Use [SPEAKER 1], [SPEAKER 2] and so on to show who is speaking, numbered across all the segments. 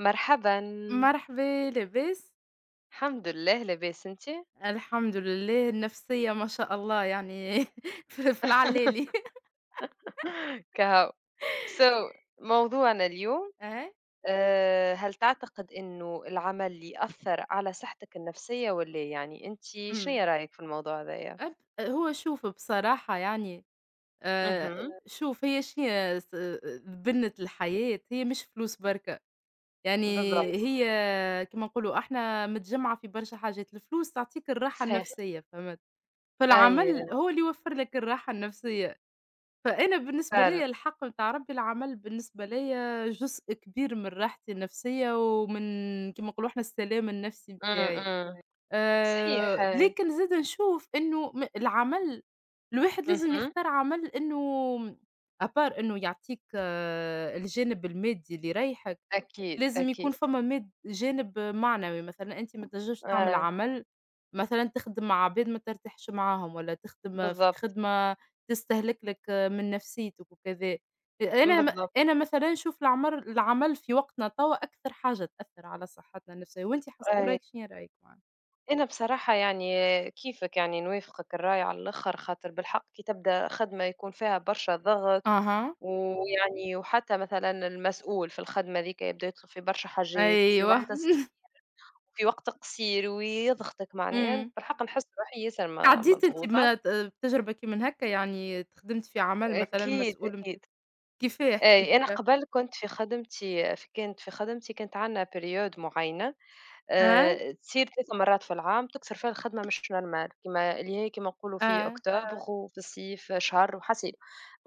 [SPEAKER 1] مرحبا
[SPEAKER 2] مرحبا، لاباس؟
[SPEAKER 1] الحمد لله لاباس انت
[SPEAKER 2] الحمد لله، النفسية ما شاء الله يعني في العلالي.
[SPEAKER 1] كهو So, موضوعنا اليوم
[SPEAKER 2] أها.
[SPEAKER 1] آه، هل تعتقد انه العمل يأثر على صحتك النفسية ولا إيه؟ يعني انت
[SPEAKER 2] إمم.
[SPEAKER 1] شنو رأيك في الموضوع هذايا
[SPEAKER 2] هو شوف بصراحة يعني
[SPEAKER 1] اها
[SPEAKER 2] شوف هي شنيا س بنة الحياة هي مش فلوس بركا، يعني
[SPEAKER 1] بالضبط
[SPEAKER 2] هي كيما نقولوا إحنا متجمعة في برشا حاجات، الفلوس تعطيك الراحة
[SPEAKER 1] صحيح
[SPEAKER 2] النفسية فهمت؟ في
[SPEAKER 1] اي
[SPEAKER 2] العمل هو اللي يوفر لك الراحة النفسية. فأنا بالنسبة
[SPEAKER 1] فعلا
[SPEAKER 2] ليّا الحق بتاع ربي العمل بالنسبة ليّا جزء كبير من راحتي النفسية ومن كيما نقولوا إحنا السلام النفسي
[SPEAKER 1] أم،
[SPEAKER 2] بتاعي.
[SPEAKER 1] أم. صحيح
[SPEAKER 2] لكن زاد نشوف إنه م العمل الواحد لازم
[SPEAKER 1] اها
[SPEAKER 2] يختار عمل إنه à part إنه يعطيك الجانب المادي اللي يريحك.
[SPEAKER 1] اكيد
[SPEAKER 2] لازم يكون
[SPEAKER 1] اكيد
[SPEAKER 2] فما ماد جانب معنوي، مثلًا أنت ما تنجمش تعمل
[SPEAKER 1] آه.
[SPEAKER 2] عمل مثلًا تخدم مع عباد ما ترتاحش معاهم، والّا تخدم في
[SPEAKER 1] بالضبط
[SPEAKER 2] خدمة تستهلك لك من نفسيتك وكذا. أنا م
[SPEAKER 1] بالضبط
[SPEAKER 2] أنا مثلًا نشوف العمل في وقتنا توا أكثر حاجة تأثّر على صحتنا النفسية، وأنتِ حسب رأيك شنو رأيك معاه؟
[SPEAKER 1] أنا بصراحة يعني كيفك يعني نوافقك الرأي على الآخر خاطر بالحق كي تبدأ خدمة يكون فيها برشا ضغط
[SPEAKER 2] أها.
[SPEAKER 1] ويعني وحتى مثلا المسؤول في الخدمة ذيك يبدأ يطلب في برشا حاجات وفي
[SPEAKER 2] أيوه.
[SPEAKER 1] وقت في وقت قصير ويضغطك معناها
[SPEAKER 2] إمم.
[SPEAKER 1] بالحق نحس روحي ياسر
[SPEAKER 2] عدّيتِ أنتِ
[SPEAKER 1] مضغوطة
[SPEAKER 2] بما ت بتجربة كي من هكا يعني تخدمتِ في عمل مثلًا
[SPEAKER 1] أكيد
[SPEAKER 2] مسؤول مت
[SPEAKER 1] أكيد
[SPEAKER 2] كيفاه؟ احكي
[SPEAKER 1] أي أنا
[SPEAKER 2] لي.
[SPEAKER 1] قبل كنت في خدمتي كانت عندنا بريود معينة
[SPEAKER 2] آه.
[SPEAKER 1] تصير 3 مرات في العام تكثر فيها الخدمة مش normal كيما اللي هي كيما نقولوا في آه.
[SPEAKER 2] آه.
[SPEAKER 1] أكتوبر وفي الصيف شهر وحسيل،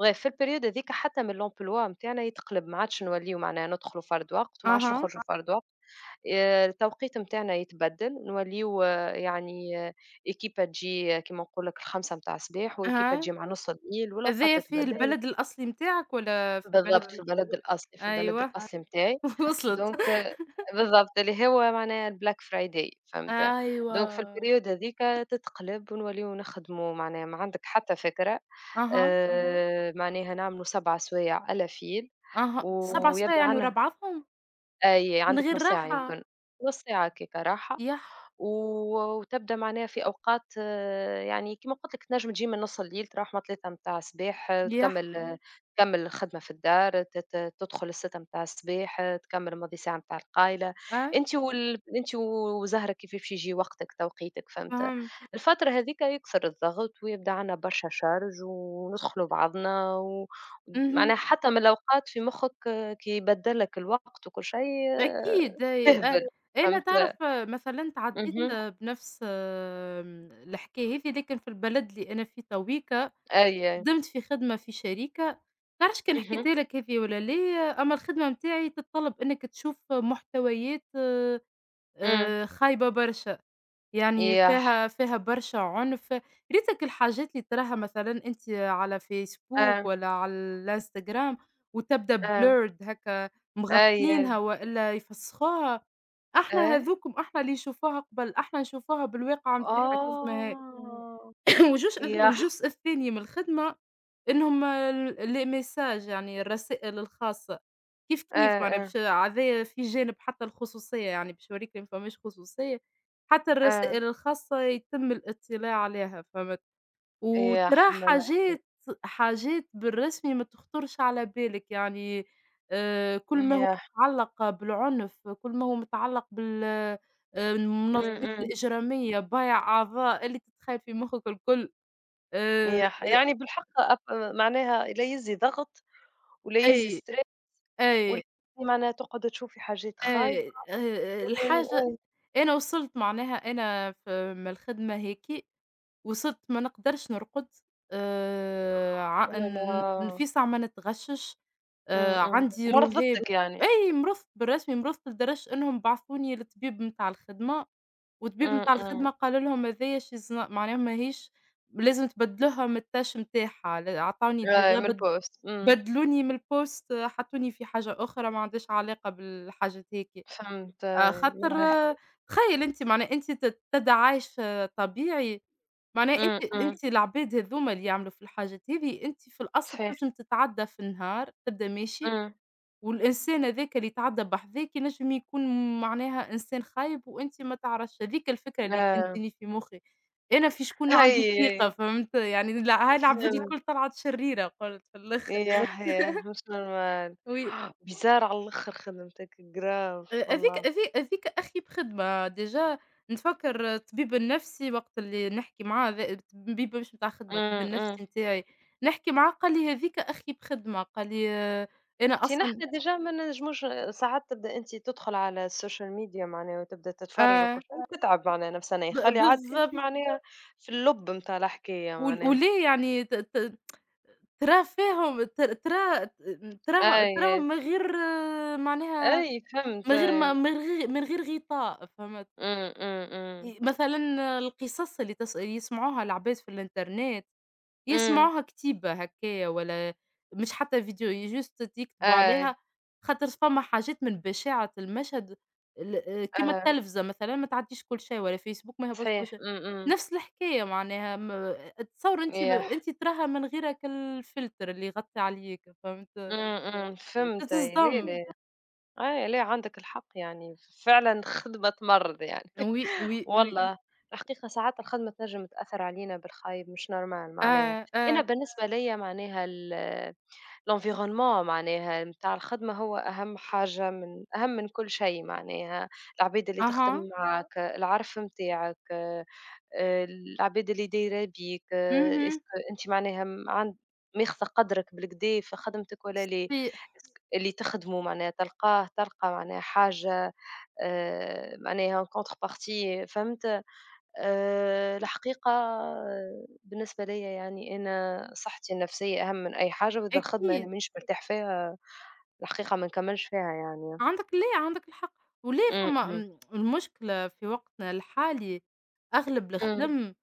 [SPEAKER 1] bref في الperiode هاذيك حتى من l'emploi نتاعنا يتقلب ما عادش نوليو معناها ندخلوا فرد وقت وما عادش
[SPEAKER 2] أها.
[SPEAKER 1] نخرجوا فرد وقت، التوقيت نتاعنا يتبدل نوليو آه، يعني équipe تجي كيما نقول لك ال5 متاع الصباح وéquipe
[SPEAKER 2] أها،
[SPEAKER 1] تجي مع نُص الليل والأوقات
[SPEAKER 2] أذية في
[SPEAKER 1] تتبدل.
[SPEAKER 2] البلد الأصلي متاعك والّا في البلد
[SPEAKER 1] بالضبط، في
[SPEAKER 2] اللي
[SPEAKER 1] البلد الأصلي في البلد آه.
[SPEAKER 2] أيوه.
[SPEAKER 1] الأصلي متاعي،
[SPEAKER 2] وصلت.
[SPEAKER 1] دونك بالضبط. بالضبط، اللي هو معناها الblack friday فهمت، دونك في
[SPEAKER 2] أيوه.
[SPEAKER 1] الperiod هاذيك تتقلب ونوليو نخدمو معناها ما عندك حتى فكرة، أها.
[SPEAKER 2] أها.
[SPEAKER 1] معناها نعملوا 7 سوايع ألا فيل
[SPEAKER 2] أها،
[SPEAKER 1] أها،
[SPEAKER 2] 7 سوايع
[SPEAKER 1] ويبدا حلو
[SPEAKER 2] يعني ورا
[SPEAKER 1] عنا
[SPEAKER 2] بعضهم
[SPEAKER 1] أي
[SPEAKER 2] من
[SPEAKER 1] عندك
[SPEAKER 2] غير
[SPEAKER 1] نُص ساعة جميل.
[SPEAKER 2] راحة.
[SPEAKER 1] يمكن، نُص ساعة هكاكا راحة.
[SPEAKER 2] يح.
[SPEAKER 1] و وتبدا معناها في أوقات آه، يعني كيما قُلت لك تنجم تجي من نُص الليل تروح من 3 متاع الصباح آه،
[SPEAKER 2] يح.
[SPEAKER 1] تكمّل إمم. تكمّل الخدمة في الدار، ت ت تدخل ال6 متاع الصباح آه، تكمّل ماضي ساعة متاع القايلة،
[SPEAKER 2] آه.
[SPEAKER 1] أنتِ وال أنتِ وزهرك كيف باش يجي وقتك توقيتك فهمت؟
[SPEAKER 2] فهمت.
[SPEAKER 1] الفترة هاذيك يكثر الضغط ويبدا عندنا برشا شارج وندخلوا بعضنا و
[SPEAKER 2] اهم.
[SPEAKER 1] معناها حتى من الأوقات في مخّك آه، كي يبدل لك الوقت وكل شيء آه،
[SPEAKER 2] أكيد، أي.
[SPEAKER 1] تهبل
[SPEAKER 2] أنا
[SPEAKER 1] فهمت؟
[SPEAKER 2] تعرف، مثلًا تعدّيت
[SPEAKER 1] اهم،
[SPEAKER 2] بنفس الحكاية هذي، لكن في البلد اللي أنا فيه تويك
[SPEAKER 1] أي، أي.
[SPEAKER 2] خدمت في خدمة في شركة، منعرفش كان
[SPEAKER 1] اهم،
[SPEAKER 2] حكيتها لك هذه والّا لا، أمّا الخدمة متاعي تتطلب إنّك تشوف محتويات
[SPEAKER 1] إمم.
[SPEAKER 2] خايبة برشا، يعني
[SPEAKER 1] ياح
[SPEAKER 2] فيها برشا عنف، ريتك الحاجات اللي تراها مثلًا أنت على فيسبوك
[SPEAKER 1] آه،
[SPEAKER 2] ولا على الإنستجرام وتبدا
[SPEAKER 1] آه.
[SPEAKER 2] blurred هكا، مغطينها
[SPEAKER 1] أيوه.
[SPEAKER 2] والا يفسخوها. إحنا
[SPEAKER 1] آه،
[SPEAKER 2] هاذوكم إحنا اللي نشوفوها قبل، إحنا نشوفوها بالواقعة متاعها كيف ما هي.
[SPEAKER 1] آه،
[SPEAKER 2] وجوش
[SPEAKER 1] ياح
[SPEAKER 2] الجزء الثاني من الخدمة إنهم ال les messages يعني الرسائل الخاصة، كيف
[SPEAKER 1] آه،
[SPEAKER 2] معناها
[SPEAKER 1] آه،
[SPEAKER 2] باش هذايا في جانب حتى الخصوصية يعني باش يوريك ما فماش خصوصية، حتى
[SPEAKER 1] آه.
[SPEAKER 2] الرسائل الخاصة يتم الاطلاع عليها فهمت؟
[SPEAKER 1] يا
[SPEAKER 2] وترى
[SPEAKER 1] حمل
[SPEAKER 2] حاجات
[SPEAKER 1] الحكاية،
[SPEAKER 2] حاجات بالرسمي ما تخطرش على بالك يعني كل ما هو
[SPEAKER 1] ياح،
[SPEAKER 2] متعلق بالعنف، كل ما هو متعلق بال
[SPEAKER 1] إمم،
[SPEAKER 2] المنظمات
[SPEAKER 1] إمم،
[SPEAKER 2] الإجرامية، بيع أعضاء، اللي تتخيل في مخك الكل. آآ.
[SPEAKER 1] ياح. يعني بالحق أب معناها لا يلزي ضغط ولا يلزي
[SPEAKER 2] أي.
[SPEAKER 1] stress ولا
[SPEAKER 2] أي.
[SPEAKER 1] يلزي معناها تقعدي تشوفي حاجات خايبة
[SPEAKER 2] أي
[SPEAKER 1] ولا
[SPEAKER 2] الحاجة
[SPEAKER 1] آه،
[SPEAKER 2] أنا وصلت معناها أنا في من الخدمة هيك، وصلت ما نقدرش نرقد
[SPEAKER 1] أوه
[SPEAKER 2] ع
[SPEAKER 1] لا
[SPEAKER 2] ن ن
[SPEAKER 1] لا!
[SPEAKER 2] في ساعة ما نتغشّش،
[SPEAKER 1] إمم، إمم.
[SPEAKER 2] عندي رهاب.
[SPEAKER 1] مرضتِك يعني.
[SPEAKER 2] أي مرضت بالرسمي، مرضت لدرجة إنهم بعثوني للطبيب متاع الخدمة، والطبيب
[SPEAKER 1] إمم،
[SPEAKER 2] متاع
[SPEAKER 1] إمم.
[SPEAKER 2] الخدمة قال لهم هذايا she's not معناها ماهيش لازم تبدلوها من الtouch متاعها، ل عطاوني
[SPEAKER 1] آه،
[SPEAKER 2] ديجا
[SPEAKER 1] من
[SPEAKER 2] بد
[SPEAKER 1] الpost إمم.
[SPEAKER 2] بدلوني من الpost، حطّوني في حاجة أخرى ما عندهاش علاقة بالحاجات هيك،
[SPEAKER 1] فهمت أيوه،
[SPEAKER 2] خاطر
[SPEAKER 1] من الحكاية.
[SPEAKER 2] تخيّل أنت معناها أنت تدعايش طبيعي، معناها
[SPEAKER 1] إمم،
[SPEAKER 2] أنت
[SPEAKER 1] إمم.
[SPEAKER 2] أنت العباد هاذوما اللي يعملوا في الحاجات هذي، أنت في الأصل
[SPEAKER 1] صحيح.
[SPEAKER 2] تنجم تتعدّى في النهار تبدا ماشي،
[SPEAKER 1] إمم.
[SPEAKER 2] والإنسان هاذاك اللي يتعدّى بحذاك ينجم يكون معناها إنسان خايب وأنت ما تعرفش، هاذيك الفكرة اللي كانت
[SPEAKER 1] Ah,
[SPEAKER 2] تجيني في مخي، أنا في شكون عندي
[SPEAKER 1] أي،
[SPEAKER 2] ثقة
[SPEAKER 1] أي،
[SPEAKER 2] فهمت؟ يعني لا، هاي العباد الكل
[SPEAKER 1] فهمت،
[SPEAKER 2] طلعت شريرة قُلت في الآخر.
[SPEAKER 1] ياه، ياه، مش normal
[SPEAKER 2] وي.
[SPEAKER 1] بيزار على الآخر خدمتك grave
[SPEAKER 2] أ هاذيك
[SPEAKER 1] والله،
[SPEAKER 2] هاذي هاذيك أخي بخدمة ديجا. نتفكّر الطبيب النفسي وقت اللي نحكي معاه الطبيب مش متاع خدمة، الطبيب
[SPEAKER 1] إمم، إمم،
[SPEAKER 2] النفسي نتاعي، نحكي معاه قال لي: "هاذيك أخي بخدمة." قال لي: آه، "أنا
[SPEAKER 1] سي
[SPEAKER 2] أصلًا".
[SPEAKER 1] نحنا ديجا ما نجموش ساعات تبدأ أنتِ تدخل على السوشيال ميديا معناها وتبدأ تتفرج
[SPEAKER 2] آه.
[SPEAKER 1] وكل شيء وتتعب معناها نفسنا،
[SPEAKER 2] ب
[SPEAKER 1] يخلي عاد أنتِ
[SPEAKER 2] بالضبط.
[SPEAKER 1] معناها في اللُب متاع الحكاية معناها،
[SPEAKER 2] وليه يعني ت ت تراه فيهم، ت تراه
[SPEAKER 1] أي،
[SPEAKER 2] تراه
[SPEAKER 1] أي،
[SPEAKER 2] تراهم من غير معناها
[SPEAKER 1] أي، فهمت
[SPEAKER 2] من غير
[SPEAKER 1] أيوه،
[SPEAKER 2] غطاء فهمت؟
[SPEAKER 1] إمم، إمم، إمم،
[SPEAKER 2] مثلًا القصص اللي يسمعوها العباد في الإنترنت
[SPEAKER 1] إمم،
[SPEAKER 2] يسمعوها كتيبة هكايا ولا مش حتى فيديو just يكتبوا
[SPEAKER 1] أي،
[SPEAKER 2] عليها، خاطر فما حاجات من بشاعة المشهد ال كيما
[SPEAKER 1] آه،
[SPEAKER 2] التلفزة مثلًا ما تعدّيش كل شيء ولا فيسبوك ما يهبطش كل
[SPEAKER 1] صحيح،
[SPEAKER 2] شيء،
[SPEAKER 1] إمم، إمم،
[SPEAKER 2] نفس الحكاية معناها م تصور
[SPEAKER 1] ياه،
[SPEAKER 2] أنتِ تراها من غير هاك الفلتر اللي يغطي عليك فهمت.
[SPEAKER 1] إمم، إمم، فهمت أي، لا،
[SPEAKER 2] تصدم.
[SPEAKER 1] لا. أي لا عندك الحق يعني، فعلًا خدمة تمرّض يعني،
[SPEAKER 2] oui, oui, oui.
[SPEAKER 1] والله الحقيقة ساعات الخدمة تنجم تأثّر علينا بالخايب مش normal معناها،
[SPEAKER 2] آه.
[SPEAKER 1] أنا
[SPEAKER 2] آه.
[SPEAKER 1] بالنسبة ليّا معناها ال الenvironnement معناها متاع الخدمة هو أهم حاجة من أهم من كل شيء معناها، العباد اللي تخدم
[SPEAKER 2] أها.
[SPEAKER 1] معاك، العرف متاعك. العباد اللي دايرة بيك،
[SPEAKER 2] اهم.
[SPEAKER 1] إسكو أنت معناها م عن ماخذة قدرك بالكدا في خدمتك والّا لا؟
[SPEAKER 2] صحيح.
[SPEAKER 1] إسك اللي تخدمه معناها تلقاه تلقى معناها حاجة معناها en contrepartie فهمت؟ الحقيقة آه، بالنسبة ليّا يعني أنا صحتي النفسية أهم من أي حاجة، وإذا الخدمة أنا
[SPEAKER 2] أكيد.
[SPEAKER 1] مانيش مرتاح فيها الحقيقة ما نكمّلش فيها يعني.
[SPEAKER 2] عندك ليه، عندك الحق، وليه
[SPEAKER 1] إمم،
[SPEAKER 2] فما
[SPEAKER 1] إمم،
[SPEAKER 2] م المشكلة في وقتنا الحالي أغلب
[SPEAKER 1] إمم،
[SPEAKER 2] الخدم،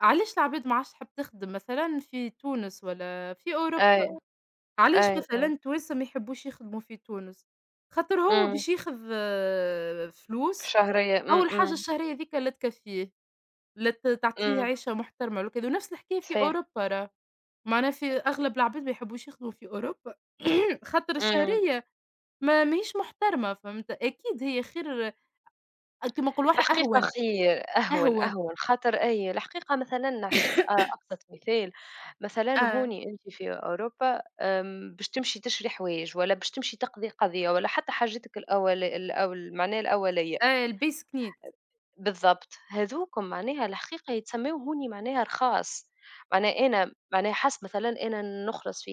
[SPEAKER 2] علاش العباد ما عادش تحب تخدم مثلًا في تونس ولا في أوروبا،
[SPEAKER 1] أي،
[SPEAKER 2] علاش
[SPEAKER 1] أي،
[SPEAKER 2] مثلًا
[SPEAKER 1] أي،
[SPEAKER 2] التوانسة ما يحبوش يخدموا في تونس، خاطر هو
[SPEAKER 1] إمم،
[SPEAKER 2] باش ياخذ فلوس.
[SPEAKER 1] شهرية، إمم،
[SPEAKER 2] أول حاجة
[SPEAKER 1] إمم،
[SPEAKER 2] الشهرية ذيكا لا تكفيه، لا تعطيه
[SPEAKER 1] إمم،
[SPEAKER 2] عيشة محترمة ولا كذا، ونفس الحكاية في
[SPEAKER 1] صحيح،
[SPEAKER 2] أوروبا راه، معناها في أغلب العباد ما يحبوش يخدموا في أوروبا خاطر
[SPEAKER 1] إمم.
[SPEAKER 2] الشهرية ما ماهيش محترمة، فهمت؟ أكيد هي خير كما نقولوا احنا
[SPEAKER 1] الحقيقة
[SPEAKER 2] أهون.
[SPEAKER 1] خير أهون
[SPEAKER 2] أهون.
[SPEAKER 1] أهون خاطر أي الحقيقة مثلا نعطيك أبسط مثال مثلا
[SPEAKER 2] آه.
[SPEAKER 1] هوني أنت في أوروبا أم، باش تمشي تشري حوايج ولا باش تمشي تقضي قضية ولا حتى حاجتك الأول الأول معناها الأولية
[SPEAKER 2] آه الbasic need.
[SPEAKER 1] بالضبط، هاذوكم معناها الحقيقة يتسمّاو هوني معناها رخاص، معناها أنا معناها حسب مثلًا أنا نخلص في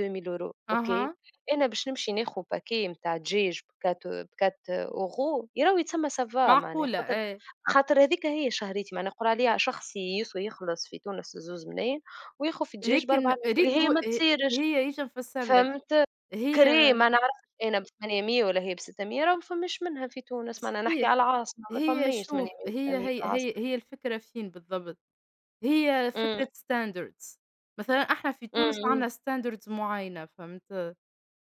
[SPEAKER 1] 2000€ أوكي،
[SPEAKER 2] أها.
[SPEAKER 1] أنا باش نمشي ناخذ باكيه متاع دجاج ب4€ يراو يتسمّى ça va معناها
[SPEAKER 2] معقولة
[SPEAKER 1] خاطر
[SPEAKER 2] آه.
[SPEAKER 1] خاطر هاذيك هي شهريتي معناها يقولوا عليها شخصي يسوى يخلص في تونس ب2 ملاين وياخذ في دجاج ب4
[SPEAKER 2] لكن
[SPEAKER 1] آلاف اللي
[SPEAKER 2] ريتو
[SPEAKER 1] هي ما
[SPEAKER 2] ه
[SPEAKER 1] تصيرش،
[SPEAKER 2] هي إيش نفسّر لك،
[SPEAKER 1] فهمت؟
[SPEAKER 2] هي
[SPEAKER 1] كريم ما نعرفش أنا ب800 ولا هي ب600 راه ما فماش منها في تونس، معناها نحكي
[SPEAKER 2] صحيح،
[SPEAKER 1] على العاصمة ما
[SPEAKER 2] هي
[SPEAKER 1] فماش 800
[SPEAKER 2] شوف
[SPEAKER 1] و600
[SPEAKER 2] هي
[SPEAKER 1] في العاصمة.
[SPEAKER 2] الفكرة فين بالضبط، هي
[SPEAKER 1] إمم،
[SPEAKER 2] فكرة standards. مثلًا إحنا في
[SPEAKER 1] إمم،
[SPEAKER 2] تونس
[SPEAKER 1] إمم.
[SPEAKER 2] عندنا standards معيّنة فهمت،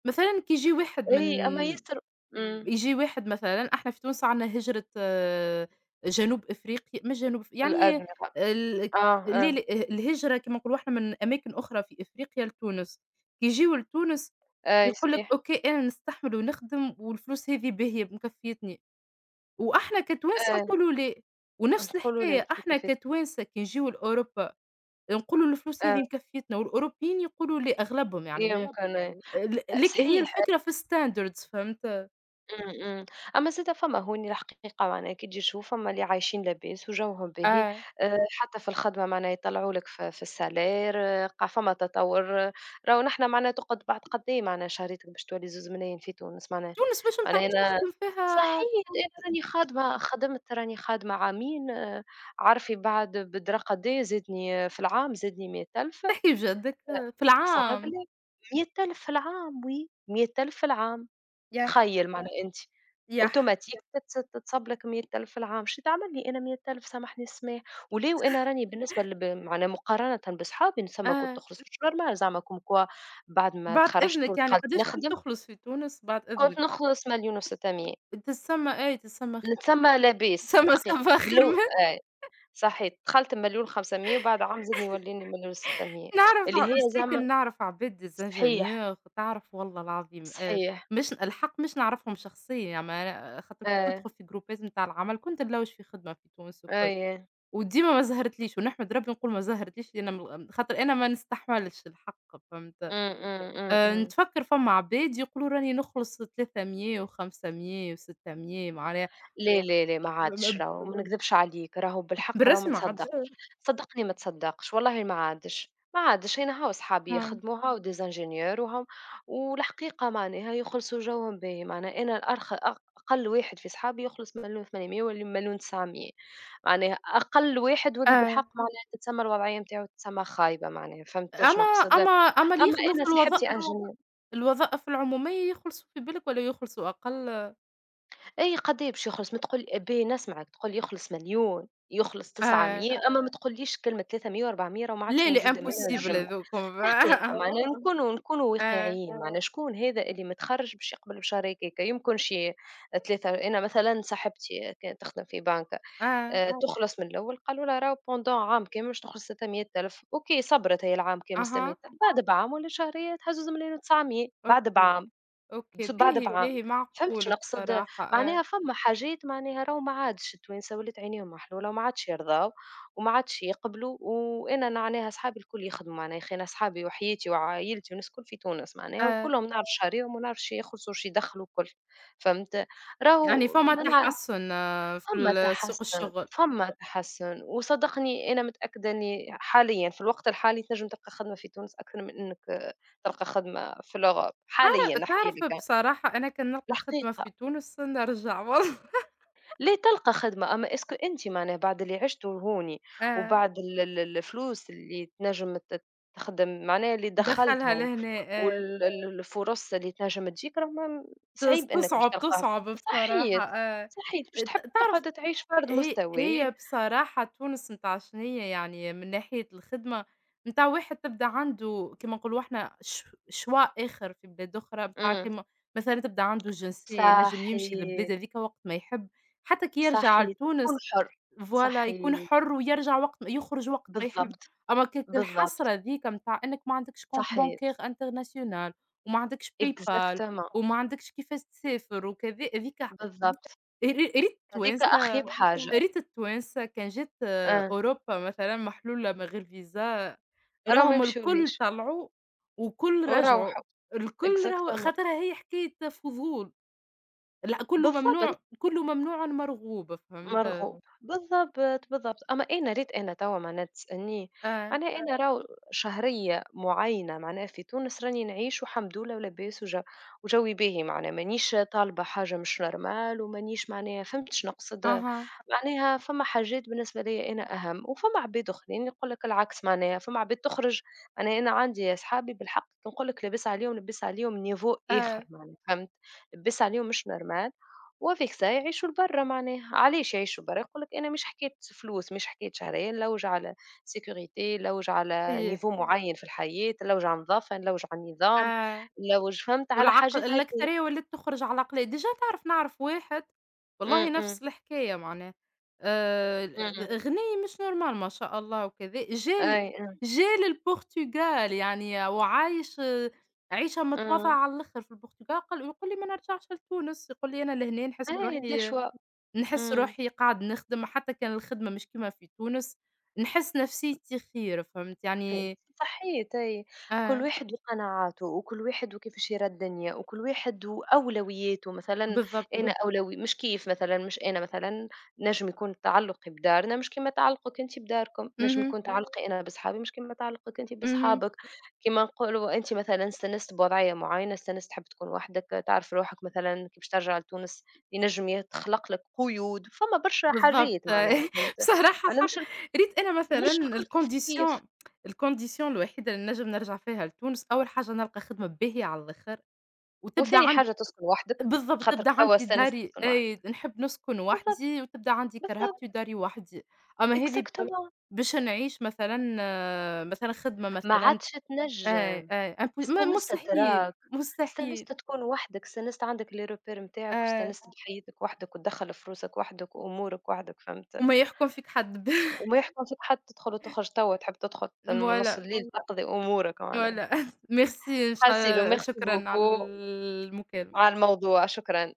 [SPEAKER 2] مثلًا كي ييجي واحد من
[SPEAKER 1] أي أما ياسر إمم،
[SPEAKER 2] ييجي واحد مثلًا إحنا في تونس عندنا هجرة جنوب أفريقيا مش جنوب أف يعني
[SPEAKER 1] الأدمغة
[SPEAKER 2] ال
[SPEAKER 1] آه،
[SPEAKER 2] ل
[SPEAKER 1] آه،
[SPEAKER 2] ل الهجرة كما نقولوا إحنا من أماكن أخرى في أفريقيا لتونس، كي ييجيو لتونس
[SPEAKER 1] أي
[SPEAKER 2] يقول لك
[SPEAKER 1] صحيح،
[SPEAKER 2] أوكي أنا نستحمل ونخدم والفلوس هذي باهية مكفيتني، وإحنا كتوانسة
[SPEAKER 1] آه،
[SPEAKER 2] نقولوا لأ، ونفس
[SPEAKER 1] نقولوا لي
[SPEAKER 2] الحكاية
[SPEAKER 1] مش
[SPEAKER 2] إحنا
[SPEAKER 1] مكفّية
[SPEAKER 2] كتوانسة كي نجيو لأوروبا نقولوا الفلوس
[SPEAKER 1] آه،
[SPEAKER 2] هذي مكفيتنا والأوروبيين يقولوا لأ أغلبهم يعني ما
[SPEAKER 1] يمكن أي،
[SPEAKER 2] لك هي
[SPEAKER 1] صحيح.
[SPEAKER 2] الفكرة في الstandards فهمت؟
[SPEAKER 1] إمم، إمم. أمّا زادة فما هوني الحقيقة معناها كي تجي تشوف فما اللي عايشين لاباس وجوهم باهي،
[SPEAKER 2] آه.
[SPEAKER 1] حتى في الخدمة معناها يطلعوا لك في السالير آه، قا فما تطوّر، آه، راهو نحنا معناها تقعد بعد قد إيه معناها شهريتك باش تولي زوز ملايين في تونس معناها،
[SPEAKER 2] تونس باش متاع
[SPEAKER 1] معناها
[SPEAKER 2] باش
[SPEAKER 1] أنا
[SPEAKER 2] تخدم
[SPEAKER 1] صحيح
[SPEAKER 2] فيها.
[SPEAKER 1] أنا راني خادمة خدمت راني خادمة عامين، آه، عارفي بعد بدرا قد إيه زادني آه، في العام زادني 100.000
[SPEAKER 2] تحكي بجدك في
[SPEAKER 1] قسمًا
[SPEAKER 2] العام.
[SPEAKER 1] بالله، 100.000 في العام وي، 100.000 في العام،
[SPEAKER 2] يح.
[SPEAKER 1] تخيّل معناها أنت.
[SPEAKER 2] يح.
[SPEAKER 1] أوتوماتيك تتصب لك 100.000 في العام، شو تعمل لي أنا 100.000 سامحني السماح، وليه وأنا راني بالنسبة لب معناها مقارنة بصحابي ثما كنت
[SPEAKER 2] آه،
[SPEAKER 1] نخرج مش normal زعما comme quoi بعد ما
[SPEAKER 2] بعد
[SPEAKER 1] تخرجت
[SPEAKER 2] إذنك يعني
[SPEAKER 1] ودخلت
[SPEAKER 2] قداش كنت
[SPEAKER 1] نخدم
[SPEAKER 2] تخلص في تونس بعد
[SPEAKER 1] كنت
[SPEAKER 2] إذنك؟
[SPEAKER 1] نخلص 1.600.000
[SPEAKER 2] تسمى إيه، تسمى خير.
[SPEAKER 1] نتسمى لاباس
[SPEAKER 2] تسمى
[SPEAKER 1] الحقيقة
[SPEAKER 2] صباح خير
[SPEAKER 1] لو
[SPEAKER 2] ما
[SPEAKER 1] آه صحيت دخلت 1.500.000 وبعد عام زدني وليني
[SPEAKER 2] نعرف
[SPEAKER 1] 1.600.000
[SPEAKER 2] ع
[SPEAKER 1] اللي هي زعما
[SPEAKER 2] مساكن، نعرف عباد
[SPEAKER 1] صحيح،
[SPEAKER 2] ديزانجينيور تعرف والله العظيم
[SPEAKER 1] صحيح،
[SPEAKER 2] مش الحق مش نعرفهم شخصيًا يعني ما خاطر كنت
[SPEAKER 1] آه،
[SPEAKER 2] ندخل في جروبات متاع العمل كنت نلوج في خدمة في تونس وكل،
[SPEAKER 1] أييه،
[SPEAKER 2] وديما ما زهرتليش ونحمد ربي نقول ما زهرتليش لأن م خاطر أنا ما نستحملش الحق فهمت؟
[SPEAKER 1] إمم، إمم، إمم، إمم.
[SPEAKER 2] نتفكّر فما عباد يقولوا راني نخلص 300 و500 و600 معناها.
[SPEAKER 1] لا، لا، لا، ما
[SPEAKER 2] ب
[SPEAKER 1] عادش
[SPEAKER 2] ب
[SPEAKER 1] راهو، ما نكذبش عليك، راهو بالحق راهو ما
[SPEAKER 2] بالرسمي ما عادش.
[SPEAKER 1] تصدّقش، صدّقني ما تصدّقش، والله ما عادش، ما عادش، أنا هاو صحابي
[SPEAKER 2] إمم.
[SPEAKER 1] يخدموها وdes ingénieurs وهم والحقيقة معناها يخلصوا جوهم باهي، معناها أنا الأرخ أقل واحد في صحابي يخلص 1.800.000 والّا 1.900.000 معناها أقل واحد واللي
[SPEAKER 2] آه.
[SPEAKER 1] بالحق معناها تتسمى الوضعية نتاعو تتسمى خايبة معناها، فهمت
[SPEAKER 2] أما
[SPEAKER 1] شنو نقصد؟
[SPEAKER 2] أما اللي
[SPEAKER 1] أما
[SPEAKER 2] يخدموا
[SPEAKER 1] أنا
[SPEAKER 2] في
[SPEAKER 1] صاحبتي
[SPEAKER 2] الوظائف
[SPEAKER 1] ingénieure
[SPEAKER 2] الوظائف العمومية يخلصوا في بالك والّا يخلصوا أقل؟
[SPEAKER 1] أي قد إيه باش يخلص؟ ما تقول باهي نسمعك، تقول لي يخلص مليون، يخلص
[SPEAKER 2] آه.
[SPEAKER 1] 900 أما ما تقوليش كلمة 300 و400 راه ما عادش
[SPEAKER 2] لا، لا
[SPEAKER 1] موجودة منها
[SPEAKER 2] impossible
[SPEAKER 1] الجملة،
[SPEAKER 2] هاذوكم.
[SPEAKER 1] الحقيقة معناها نكونوا
[SPEAKER 2] آه.
[SPEAKER 1] واقعيين، معناها شكون هذا اللي متخرج باش يقبل بشهر هكاكا، يمكن شي 3 أنا مثلًا صاحبتي كانت تخدم في بنكة
[SPEAKER 2] آه.
[SPEAKER 1] تخلص من الأول قالوا لها راهو pendant عام كامل باش تخلص 600.000 أوكي صبرت هي العام كامل
[SPEAKER 2] أها.
[SPEAKER 1] 600.000 بعد بعام والّا شهرية تهزز مليون و900 بعد
[SPEAKER 2] أوكي.
[SPEAKER 1] بعام.
[SPEAKER 2] أوكي،
[SPEAKER 1] بس بعد
[SPEAKER 2] باهي،
[SPEAKER 1] بعام. أوكي.
[SPEAKER 2] باهي،
[SPEAKER 1] فهمت
[SPEAKER 2] معقول
[SPEAKER 1] شنو نقصد؟
[SPEAKER 2] بصراحة. آه.
[SPEAKER 1] معناها فما حاجات معناها راهو ما عادش التوانسة ولات عينيهم محلولة وما عادش يرضاو وما عادش يقبلوا، وأنا معناها صحابي الكل يخدموا معناها يا أخي أنا صحابي وحياتي وعايلتي والناس الكل في تونس معناها
[SPEAKER 2] آه.
[SPEAKER 1] وكلهم نعرف شهريهم ونعرف شي يخلصوا وشي يدخلوا الكل، فهمت؟
[SPEAKER 2] يعني
[SPEAKER 1] راهو
[SPEAKER 2] فما
[SPEAKER 1] ما نع أها.
[SPEAKER 2] تحسُّن في
[SPEAKER 1] فما
[SPEAKER 2] ال سوق
[SPEAKER 1] تحسُّن،
[SPEAKER 2] الشغل.
[SPEAKER 1] فما تحسُّن وصدّقني أنا متأكدة إني حاليًا في الوقت الحالي تنجم تلقى خدمة في تونس أكثر من إنك تلقى خدمة في الأوروب، حاليًا نحكي
[SPEAKER 2] تعرف
[SPEAKER 1] لك.
[SPEAKER 2] بصراحة أنا كان نلقى خدمة
[SPEAKER 1] الحقيقة
[SPEAKER 2] في تونس نرجع والله.
[SPEAKER 1] لا تلقى خدمة أما اسكو أنت معناها بعد اللي عشته هوني
[SPEAKER 2] آه.
[SPEAKER 1] وبعد الفلوس اللي تنجم تخدم معناها اللي
[SPEAKER 2] ندخّلها
[SPEAKER 1] دخلتهم
[SPEAKER 2] لهنا آه.
[SPEAKER 1] والفرص اللي تنجم تجيك راه ما- صعيب أنك باش
[SPEAKER 2] تصعب،
[SPEAKER 1] تلقاها
[SPEAKER 2] تصعب بصراحة
[SPEAKER 1] صحيت
[SPEAKER 2] آه.
[SPEAKER 1] صحيت باش تحب
[SPEAKER 2] تعرف،
[SPEAKER 1] تقعد تعيش فرد
[SPEAKER 2] هي
[SPEAKER 1] مستوي
[SPEAKER 2] هي بصراحة تونس متاع شنو هي يعني من ناحية الخدمة متاع واحد تبدا عنده كيما نقولوا إحنا شوا آخر في بلاد أخرى متاع
[SPEAKER 1] أمم،
[SPEAKER 2] كيما مثلًا تبدا عنده الجنسية ينجم يمشي للبلاد
[SPEAKER 1] صحيت
[SPEAKER 2] هاذيك وقت ما يحب، حتى كي يرجع
[SPEAKER 1] صحيت يكون
[SPEAKER 2] لتونس
[SPEAKER 1] حر
[SPEAKER 2] فوالا، يكون
[SPEAKER 1] صحيت
[SPEAKER 2] حُر ويرجع وقت يخرج وقت ما يحب،
[SPEAKER 1] بالضبط
[SPEAKER 2] أما كانت
[SPEAKER 1] بالضبط
[SPEAKER 2] الحسرة ذيك متاع إنّك ما عندكش compte
[SPEAKER 1] صحيت
[SPEAKER 2] bancaire international وما عندكش PayPal
[SPEAKER 1] اكزاكتومون
[SPEAKER 2] وما عندكش كيفاش تسافر وكذا، هذيك ح.
[SPEAKER 1] بالضبط
[SPEAKER 2] يا ريت
[SPEAKER 1] هذيك
[SPEAKER 2] التوانسة،
[SPEAKER 1] أخيب حاجة
[SPEAKER 2] يا ريت التوانسة كان جات
[SPEAKER 1] آه.
[SPEAKER 2] أوروبا مثلًا محلولة من غير فيزا،
[SPEAKER 1] راهم ما
[SPEAKER 2] راهم الكل
[SPEAKER 1] يمشيولهيش
[SPEAKER 2] طلعوا والكل رجعوا،
[SPEAKER 1] وراوحوا،
[SPEAKER 2] الكل راهو
[SPEAKER 1] exactement
[SPEAKER 2] خاطرها هي حكاية فضول، لأ كُلّه
[SPEAKER 1] بالضبط.
[SPEAKER 2] ممنوع كُلّه ممنوع مرغوب فهمت؟
[SPEAKER 1] مرغوب، بالضبط. بالضبط، بالضبط. أمّا إيه أنا ريت أنا توا معناها تسألني،
[SPEAKER 2] آه.
[SPEAKER 1] معناها إيه أنا آه. راهو شهرية معيّنة معناها في تونس راني نعيش والحمد لله ولاباس وجو وجوي باهي معناها مانيش طالبة حاجة مش normal ومانيش معناها فهمت شنو نقصد؟
[SPEAKER 2] أها.
[SPEAKER 1] معناها فما حاجات بالنسبة ليّا أنا أهم، وفما عباد أخرين يقول لك العكس معناها، فما عباد تخرج معناها أنا عندي أصحابي بالحق كي نقول لك لاباس عليهم، لاباس عليهم niveau
[SPEAKER 2] آه.
[SPEAKER 1] آخر معناها فهمت؟ لاباس عليهم مش normal. وفيك ساعة يعيشوا لبرا معناها، علاش يعيشوا برا؟ يقول لك أنا مش حكاية فلوس، مش حكاية شهرية، نلوج على sécurité نلوج على
[SPEAKER 2] صحيح.
[SPEAKER 1] niveau معين في الحياة، نلوج على نظافة، نلوج على النظام،
[SPEAKER 2] آه،
[SPEAKER 1] نلوج فهمت على
[SPEAKER 2] والعق
[SPEAKER 1] حاجات هكايا.
[SPEAKER 2] الأكثرية ولات تخرج على قليل، ديجا تعرف نعرف واحد والله
[SPEAKER 1] إمم، إمم،
[SPEAKER 2] نفس الحكاية معناه، آآ،
[SPEAKER 1] إمم، أيوه.
[SPEAKER 2] غني مش normal ما شاء الله وكذا،
[SPEAKER 1] أي، إمم،
[SPEAKER 2] جا للبرتغال يعني وعايش عيشة متواضعة
[SPEAKER 1] إمم،
[SPEAKER 2] على الآخر في البرتغال، قال يقول لي ما نرجعش لتونس، يقول لي أنا لهنا نحس
[SPEAKER 1] أي بالضبط. des
[SPEAKER 2] روحي،
[SPEAKER 1] choix.
[SPEAKER 2] نحس
[SPEAKER 1] إمم.
[SPEAKER 2] روحي قاعد نخدم حتى كان الخدمة مش كيما في تونس، نحس نفسيتي خير فهمت
[SPEAKER 1] خير،
[SPEAKER 2] يعني.
[SPEAKER 1] صحيت أي، كل
[SPEAKER 2] آه.
[SPEAKER 1] واحد وقناعاته وكل واحد وكيفاش يرى الدنيا وكل واحد وأولوياته، مثلًا أنا
[SPEAKER 2] بالضبط.
[SPEAKER 1] بالضبط. أولوي مش كيف مثلًا مش أنا مثلًا نجم يكون تعلُّقي بدارنا مش كيما تعلُّقِك أنتِ بداركم، نجم
[SPEAKER 2] اهم.
[SPEAKER 1] يكون أيوه. تعلُّقي أنا بصحابي مش كيما تعلُّقِك أنتِ
[SPEAKER 2] اهم.
[SPEAKER 1] بصحابك، كيما نقولوا أنتِ مثلًا استانست بوضعية معيّنة، استانست تحب تكون وحدك، تعرف روحك مثلًا كي باش ترجع لتونس ينجم يتخلق لك قيود، فما برشا
[SPEAKER 2] بالضبط.
[SPEAKER 1] حاجات معناها بالضبط. فهمت،
[SPEAKER 2] بصراحة
[SPEAKER 1] أنا
[SPEAKER 2] الحق
[SPEAKER 1] مش الك
[SPEAKER 2] ريت أنا مثلًا
[SPEAKER 1] مش الكل كيف،
[SPEAKER 2] الcondition،
[SPEAKER 1] كيف.
[SPEAKER 2] الcondition الوحيدة اللي نجم نرجع فيها لتونس، أول حاجة نلقى خدمة باهية على الآخر، وتبدا
[SPEAKER 1] وثاني
[SPEAKER 2] عندي
[SPEAKER 1] حاجة تسكن وحدك،
[SPEAKER 2] بالضبط، تبدا
[SPEAKER 1] خاطرك توا
[SPEAKER 2] عندي
[SPEAKER 1] استانست
[SPEAKER 2] داري
[SPEAKER 1] تسكن وحدك.
[SPEAKER 2] أي نحب نسكن
[SPEAKER 1] بالضبط،
[SPEAKER 2] وحدي، وتبدا عندي
[SPEAKER 1] بالضبط،
[SPEAKER 2] كرهبتي
[SPEAKER 1] صح،
[SPEAKER 2] وداري وحدي،
[SPEAKER 1] صح.
[SPEAKER 2] أما هذه
[SPEAKER 1] exactement
[SPEAKER 2] باش نعيش مثلًا مثلًا خدمة
[SPEAKER 1] ما
[SPEAKER 2] مثلًا
[SPEAKER 1] عادش
[SPEAKER 2] أي،
[SPEAKER 1] تنجم،
[SPEAKER 2] أي imp م
[SPEAKER 1] استانست اهم.
[SPEAKER 2] مستحيل،
[SPEAKER 1] تراك،
[SPEAKER 2] مستحيل
[SPEAKER 1] استانست تكون وحدك، استانست عندك les repères نتاعك
[SPEAKER 2] آه،
[SPEAKER 1] واستانست صح. بحياتك وحدك وتدخّل فلوسك وحدك وأمورك وحدك فهمت،
[SPEAKER 2] وما يحكم فيك حد.
[SPEAKER 1] وما يحكم فيك حد تدخل وتخرج توا تحب تدخل من نُص
[SPEAKER 2] Voilà.
[SPEAKER 1] الليل عندك تقضي أمورك معناها.
[SPEAKER 2] Voilà. Merci.
[SPEAKER 1] merci
[SPEAKER 2] شكرًا على
[SPEAKER 1] beaucoup
[SPEAKER 2] المكالمة.
[SPEAKER 1] على الموضوع، شكرًا.